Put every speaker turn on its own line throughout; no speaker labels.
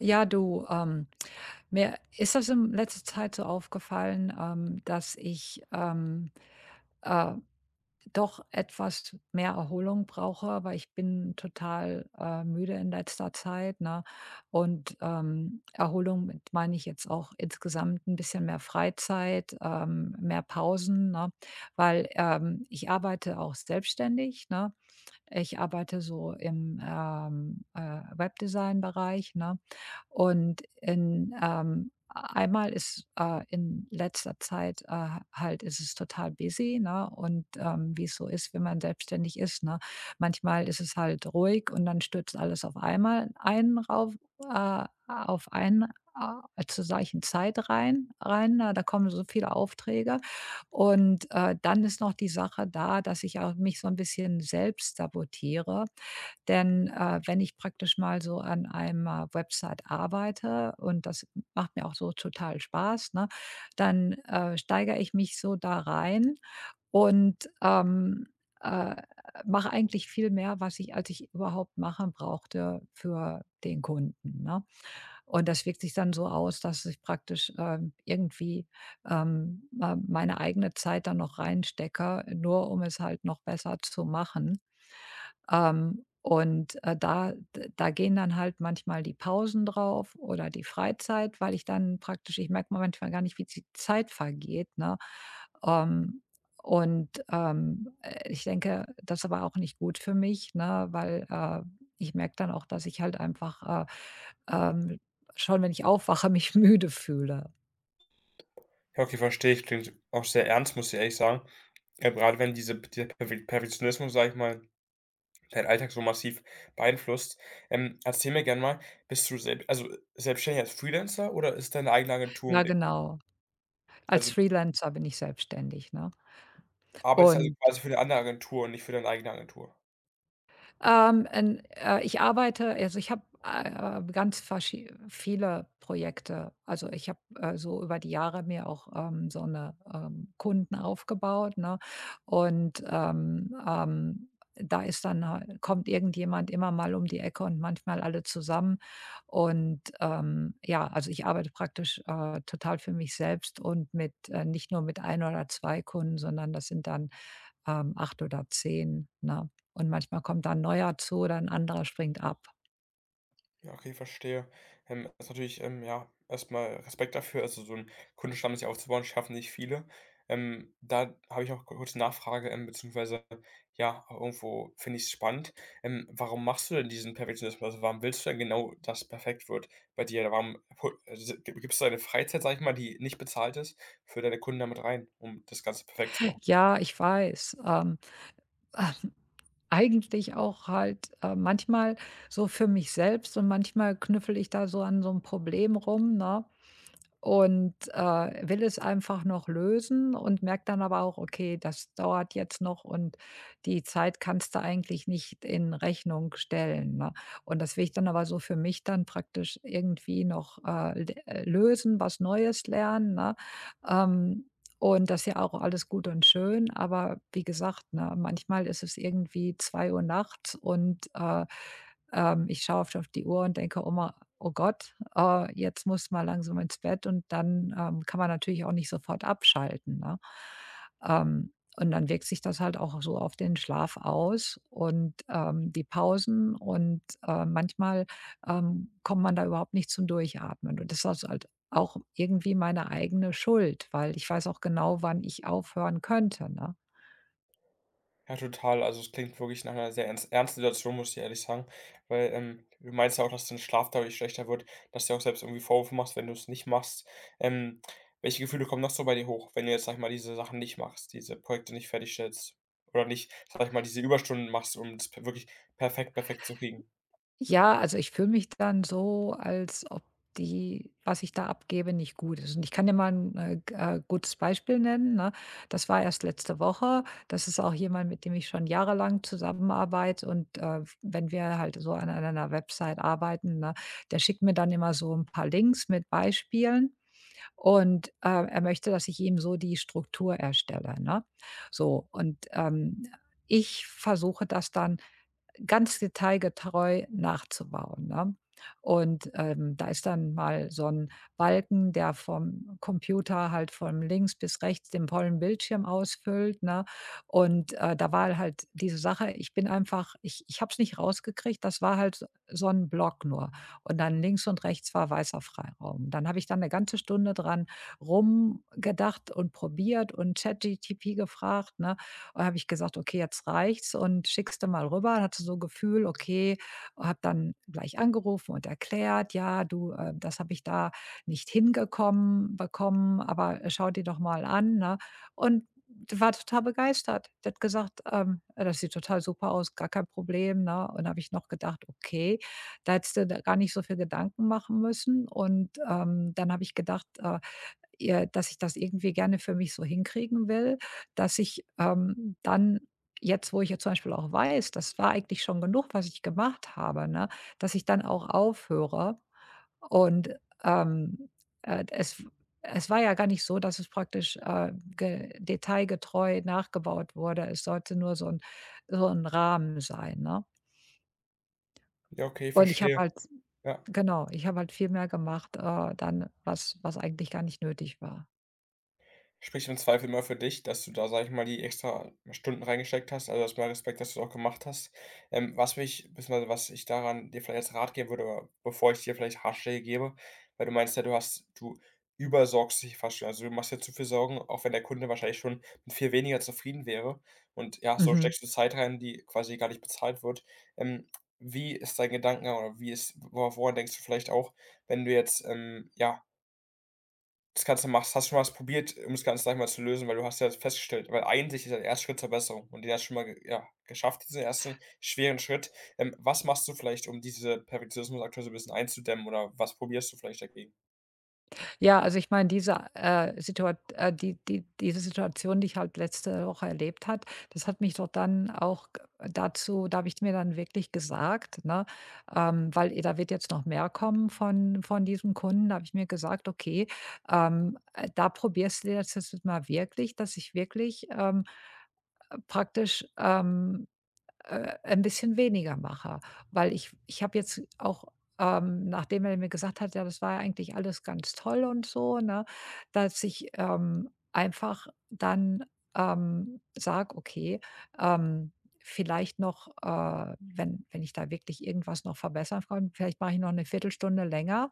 Ja, du, mir ist das in letzter Zeit so aufgefallen, dass ich äh, doch etwas mehr Erholung brauche, weil ich bin total müde in letzter Zeit, ne? Und Erholung mit meine ich jetzt auch insgesamt ein bisschen mehr Freizeit, mehr Pausen, ne? Weil ich arbeite auch selbstständig, ne? Ich arbeite so im, Webdesign-Bereich, ne? Und einmal ist, in letzter Zeit, halt ist es total busy, ne? Und, wie es so ist, wenn man selbstständig ist, ne? Manchmal ist es halt ruhig und dann stürzt alles auf einmal einen rauf auf einen, zur gleichen Zeit rein. Na, da kommen so viele Aufträge. Und, dann ist noch die Sache da, dass ich auch mich so ein bisschen selbst sabotiere, denn, wenn ich praktisch mal so an einer Website arbeite und das macht mir auch so total Spaß, ne, dann, steigere ich mich so da rein und, äh, mache eigentlich viel mehr, was ich als ich überhaupt machen brauchte für den Kunden, ne? Und das wirkt sich dann so aus, dass ich praktisch, irgendwie, ma meine eigene Zeit dann noch reinstecke, nur um es halt noch besser zu machen. Und, da gehen dann halt manchmal die Pausen drauf oder die Freizeit, weil ich dann praktisch ich merke manchmal gar nicht, wie die Zeit vergeht, ne? Ähm, und, ich denke, das ist aber auch nicht gut für mich, ne, weil, ich merke dann auch, dass ich halt einfach, ähm, schon, wenn ich aufwache, mich müde fühle.
Ja, okay, verstehe ich. Klingt auch sehr ernst, muss ich ehrlich sagen. Grade wenn diese dieser Perfe Perfektionismus, sage ich mal, deinen Alltag so massiv beeinflusst. Erzähl mir gerne mal, bist du selbst, also, selbstständig als Freelancer oder ist deine eigene Agentur
Ja,
mit
genau.
also,
Als Freelancer bin ich selbstständig, ne?
arbeitest du also
Und.
quasi für eine andere Agentur und nicht für deine eigene Agentur?
Ich arbeite also, ich habe, ganz verschie viele Projekte. Also, ich habe, so über die Jahre mir auch, so eine Kunden aufgebaut, ne? Und, da ist dann halt kommt irgendjemand immer mal um die Ecke und manchmal alle zusammen. Und, ja, also, ich arbeite praktisch, total für mich selbst und mit nicht nur mit ein oder 2 Kunden, sondern das sind dann 8 oder 10, ne? Und manchmal kommt da 'n neuer zu oder ein anderer springt ab.
Ja, okay, verstehe. Ist natürlich, ja, erstmal Respekt dafür. Also, so 'n Kundenstamm sich aufzubauen, schaffen nicht viele. Da habe ich auch kurze Nachfrage, beziehungsweise, ja, irgendwo finde ich es spannend. Warum machst du denn diesen Perfektionismus? Also, warum willst du denn genau, dass perfekt wird bei dir? Warum pu s gib gibst du deine Freizeit, sage ich mal, die nicht bezahlt ist, für deine Kunden damit rein, um das Ganze perfekt zu machen?
Ja, ich weiß, eigentlich auch halt, manchmal so für mich selbst und manchmal knüffel ich da so an so einem Problem rum, ne? Und, will es einfach noch lösen und merkt dann aber auch: „Okay, das dauert jetzt noch und die Zeit kannst du eigentlich nicht in Rechnung stellen“, ne? Und das will ich dann aber so für mich dann praktisch irgendwie noch, d lösen, was Neues lernen, ne? Ähm, und das ist ja auch alles gut und schön, aber wie gesagt, ne, manchmal ist es irgendwie 2 Uhr nachts und, ich schaue oft auf die Uhr und denke: „Oh ma Oh Gott, jetzt muss mal langsam ins Bett und dann, kann man natürlich auch nicht sofort abschalten, ne? Ähm, und dann wirkt sich das halt auch so auf den Schlaf aus und, die Pausen und, manchmal, kommt man da überhaupt nicht zum Durchatmen. Und das ist halt auch irgendwie meine eigene Schuld, weil ich weiß auch genau, wann ich aufhören könnte, ne?
Ja, total. Also, es klingt wirklich nach einer sehr ernst ernsten Situation, muss ich ehrlich sagen, weil, du meinst ja auch, dass dein Schlaf dadurch schlechter wird, dass du dir auch selbst irgendwie Vorwürfe machst, wenn du es nicht machst. Ähm, Welche Gefühle kommen noch so bei dir hoch, wenn du jetzt, sag ich mal, diese Sachen nicht machst, diese Projekte nicht fertigstellst oder nicht, sag ich mal, diese Überstunden machst, um es p wirklich perfekt zu kriegen?
Ja, also ich fühle mich dann so, als ob die was ich da abgebe, nicht gut ist. Und ich kann dir mal ein g gutes Beispiel nennen, ne? Das war erst letzte Woche. Das ist auch jemand, mit dem ich schon jahrelang zusammenarbeite und, wenn wir halt so an einer Website arbeiten, ne, der schickt mir dann immer so ein paar Links mit Beispielen und, er möchte, dass ich ihm so die Struktur erstelle, ne? So und, ich versuche das dann ganz detailgetreu nachzubauen, ne? Und, da ist dann mal so ein Balken, der vom Computer halt von links bis rechts den vollen Bildschirm ausfüllt, ne? Und, da war halt diese Sache, ich bin einfach ich habe es nicht rausgekriegt, das war halt so 'n Block nur. Und dann links und rechts war weißer Freiraum. Dann habe ich dann eine ganze Stunde dran rumgedacht und probiert und ChatGTP gefragt, ne? Und habe ich gesagt: „Okay, jetzt reicht's und schickst du mal rüber.“ Und hatte so 'n Gefühl, okay, habe dann gleich angerufen und erklärt: „Ja, du, das habe ich da nicht hingekommen bekommen, aber schau dir doch mal an“, ne? Und die war total begeistert. Die hat gesagt: „Das sieht total super aus, gar kein Problem“, ne? Und habe ich noch gedacht: „Okay, da hättest du da gar nicht so viel Gedanken machen müssen.“ Und, dann habe ich gedacht, dass ich das irgendwie gerne für mich so hinkriegen will, dass ich, dann jetzt, wo ich ja zum Beispiel auch weiß, das war eigentlich schon genug, was ich gemacht habe, ne, dass ich dann auch aufhöre und, ähm, äh, es es war ja gar nicht so, dass es praktisch, ge detailgetreu nachgebaut wurde. Es sollte nur so ein Rahmen sein, ne?
Ja, okay,
Und ich habe
verstehe.
halt
Ja.
genau, ich habe halt viel mehr gemacht, dann, was eigentlich gar nicht nötig war.
Spricht im Zweifel immer für dich, dass du da, sage ich mal, die extra Stunden reingesteckt hast. Also, erst mal Respekt, dass du's auch gemacht hast. Was mich beziehungsweise was ich daran dir vielleicht als Rat geben würde, bevor ich dir vielleicht Ratschläge gebe, weil du meinst ja, du übersorgst dich fast schon. Also, du machst dir zu viel Sorgen, auch wenn der Kunde wahrscheinlich schon mit viel weniger zufrieden wäre. Und ja, so
Mhm.
steckst du Zeit rein, die quasi gar nicht bezahlt wird. Ähm, Wie ist dein Gedankengang oder wie ist wo woran denkst du vielleicht auch, wenn du jetzt, ja, das Ganze machst. Hast du schon mal was probiert, um das Ganze, sage ich mal, zu lösen? Weil du hast ja festgestellt weil eigentlich ist ja der erste Schritt zur Besserung und den hast du schon mal ge ja, geschafft, diesen ersten schweren Schritt. Was machst du vielleicht, um diese Perfektionismus aktuell so ein bisschen einzudämmen oder was probierst du vielleicht dagegen?
Ja, also ich meine, diese Situation, die ich halt letzte Woche erlebt hat, das hat mich doch dann auch g dazu, da habe ich mir dann wirklich gesagt, ne, weil, da wird jetzt noch mehr kommen von diesem Kunden, da habe ich mir gesagt: „Okay, da probierst du jetzt das jetzt mal wirklich, dass ich wirklich, praktisch“ ein bisschen weniger mache. Weil ich habe jetzt auch, nachdem er mir gesagt hat: „Ja, das war ja eigentlich alles ganz toll und so“, ne, dass ich, einfach dann, sage: „Okay, ähm, vielleicht noch, wenn ich da wirklich irgendwas noch verbessern kann, vielleicht mache ich noch eine Viertelstunde länger,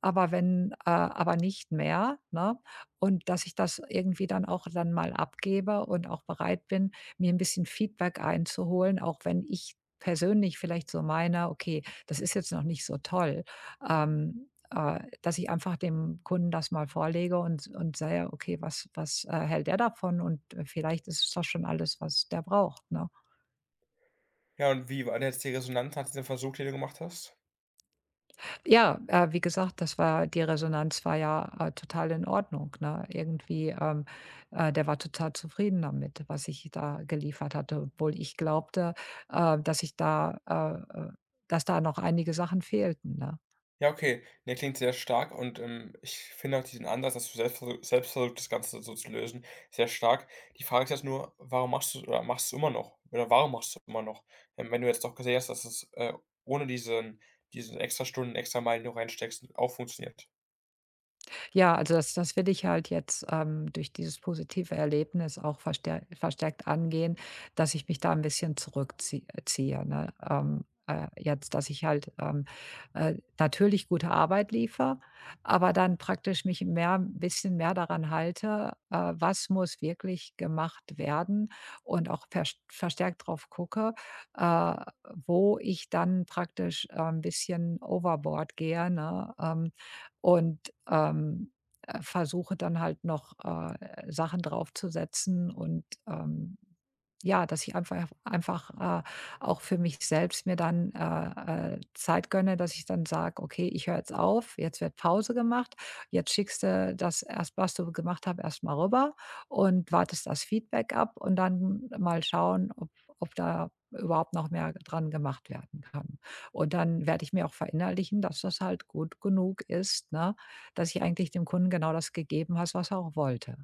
aber wenn aber nicht mehr“, ne? Und dass ich das irgendwie dann auch dann mal abgebe und auch bereit bin mir ein bisschen Feedback einzuholen, auch wenn ich persönlich vielleicht so meine: „Okay, das ist jetzt noch nicht so toll.“ Dass ich einfach dem Kunden das mal vorlege und sage: „Okay, hält der davon?“ Und vielleicht ist das schon alles, was der braucht, ne?
Ja, und wie war denn jetzt die Resonanz nach diesem Versuch, den du gemacht hast?
Ja, wie gesagt, das war die Resonanz war ja, total in Ordnung, ne? Irgendwie, der war total zufrieden damit, was ich da geliefert hatte, obwohl ich glaubte, äh, dass ich da, äh, äh dass da noch einige Sachen fehlten, ne?
Ja, okay. Ne, klingt sehr stark und, ich finde auch diesen Ansatz, dass du selbst versu selbst versuchst, das Ganze so zu lösen, sehr stark. Die Frage ist jetzt nur, warum machst du oder machst du immer noch? Oder warum machst du immer noch? Wenn du jetzt doch gesehen hast, dass es, ohne diese Extrastunden, Extrameilen, die du reinsteckst, auch funktioniert.
Ja, also das will ich halt jetzt, durch dieses positive Erlebnis auch verstärkt angehen, dass ich mich da ein bisschen zurückziehe, ne? Jetzt, dass ich halt, natürlich gute Arbeit liefere, aber dann praktisch mich mehr ein bisschen mehr daran halte, was muss wirklich gemacht werden und auch verstärkt drauf gucke, äh, wo ich dann praktisch, 'n bisschen overboard gehe, ne? Und, ähm, versuche dann halt noch, Sachen draufzusetzen und, ja, dass ich einfach, auch für mich selbst mir dann, Zeit gönne, dass ich dann sage: „Okay, ich höre jetzt auf, jetzt wird Pause gemacht. Jetzt schickst du das, erst was du gemacht hast, erst mal rüber und wartest das Feedback ab und dann mal schauen, ob da überhaupt noch mehr dran gemacht werden kann.“ Und dann werde ich mir auch verinnerlichen, dass das halt gut genug ist, ne, dass ich eigentlich dem Kunden genau das gegeben habe, was er auch wollte.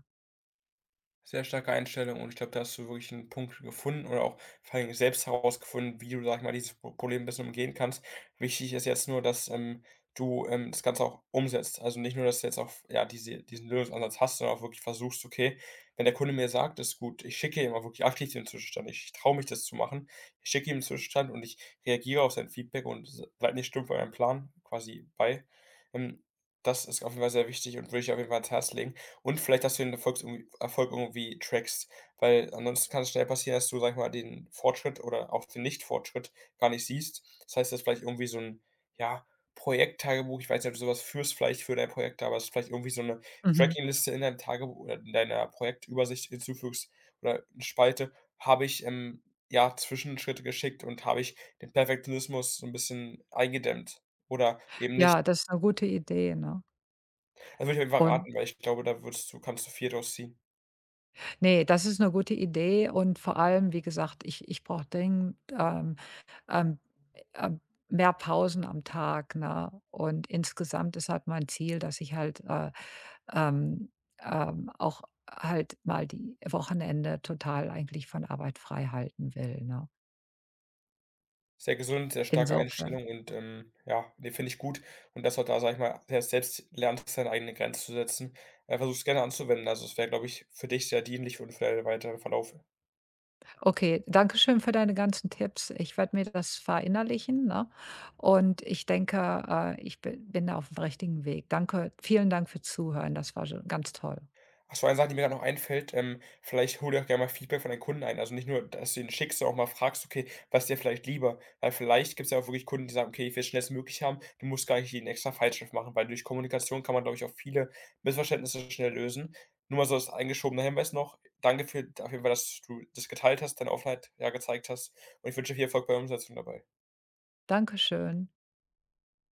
Sehr starke Einstellung und ich glaube, da hast du wirklich einen Punkt gefunden oder auch vor allen Dingen selbst herausgefunden, wie du, sag ich mal, dieses Problem 'n bisschen umgehen kannst. Wichtig ist jetzt nur, dass, du, das Ganze auch umsetzt. Also, nicht nur, dass du jetzt auch ja, diesen Lösungsansatz hast, sondern auch wirklich versuchst: „Okay, wenn der Kunde mir sagt, ist gut, ich schicke ihm auch wirklich aktiv den Zwischenstand. Ich traue mich, das zu machen. Ich schicke ihm den Zwischenstand und ich reagiere auf sein Feedback und s bleibe nicht stumpf bei meinem Plan quasi bei.“ Ähm, Das ist auf jeden Fall sehr wichtig und würde ich auf jeden Fall ans Herz legen. Und vielleicht, dass du den Erfolgs irgendwie Erfolg irgendwie trackst, weil ansonsten kann es schnell passieren, dass du, sag ich mal, den Fortschritt oder auch den Nicht-Fortschritt gar nicht siehst. Das heißt, dass vielleicht irgendwie so ein ja, Projekttagebuch ich weiß nicht, ob du so führst vielleicht für dein Projekt aber dass du vielleicht irgendwie so eine
Mhm.
Tracking-Liste in deinem Tagebuch oder in deiner Projektübersicht hinzufügst oder eine Spalte: „Habe ich, ja, Zwischenschritte geschickt und habe ich den Perfektionismus so ein bisschen eingedämmt oder eben nicht?“
Ja, das ist eine gute Idee, ne?
Also, würde ich auf jeden Fall
Und.
raten, weil ich glaube, da würdest du kannst du viel draus ziehen.
Ne, das ist eine gute Idee und vor allem, wie gesagt, ich brauche dringend, ähm, ähm, mehr Pausen am Tag, ne? Und insgesamt ist halt mein Ziel, dass ich halt, ähm, auch halt mal die Wochenende total eigentlich von Arbeit frei halten will, ne?
Sehr gesund, sehr starke
Insofern.
Einstellung und, ja, ne, finde ich gut. Und dass du halt da, sage ich mal, sehr selbst lernst, deine eigenen Grenzen zu setzen. Versuch's gerne anzuwenden. Also, es wäre, glaube ich, für dich sehr dienlich und für deinen weiteren Verlauf.
Okay, danke schön für deine ganzen Tipps. Ich werde mir das verinnerlichen, ne? Und ich denke, ich bi bin da auf dem richtigen Weg. Danke Vielen Dank für Zuhören. Das war so ganz toll.
Ach so, eine Sache, die mir gerade noch einfällt, vielleicht hol dir auch gerne mal Feedback von deinen Kunden ein. Also nicht nur, dass du ihn schickst, sondern auch mal fragst: „Okay, was ist dir vielleicht lieber?“ Weil vielleicht gibt es ja auch wirklich Kunden, die sagen: „Okay, ich will's schnellstmöglich haben.“ Du musst gar nicht jeden extra Feinschliff machen, weil durch Kommunikation kann man, glaube ich, auch viele Missverständnisse schnell lösen. Nur mal so als eingeschobener Hinweis noch: Danke für auf jeden Fall, dass du das geteilt hast, deine Offenheit, ja, gezeigt hast und ich wünsche dir viel Erfolg bei der Umsetzung dabei.
Dankeschön.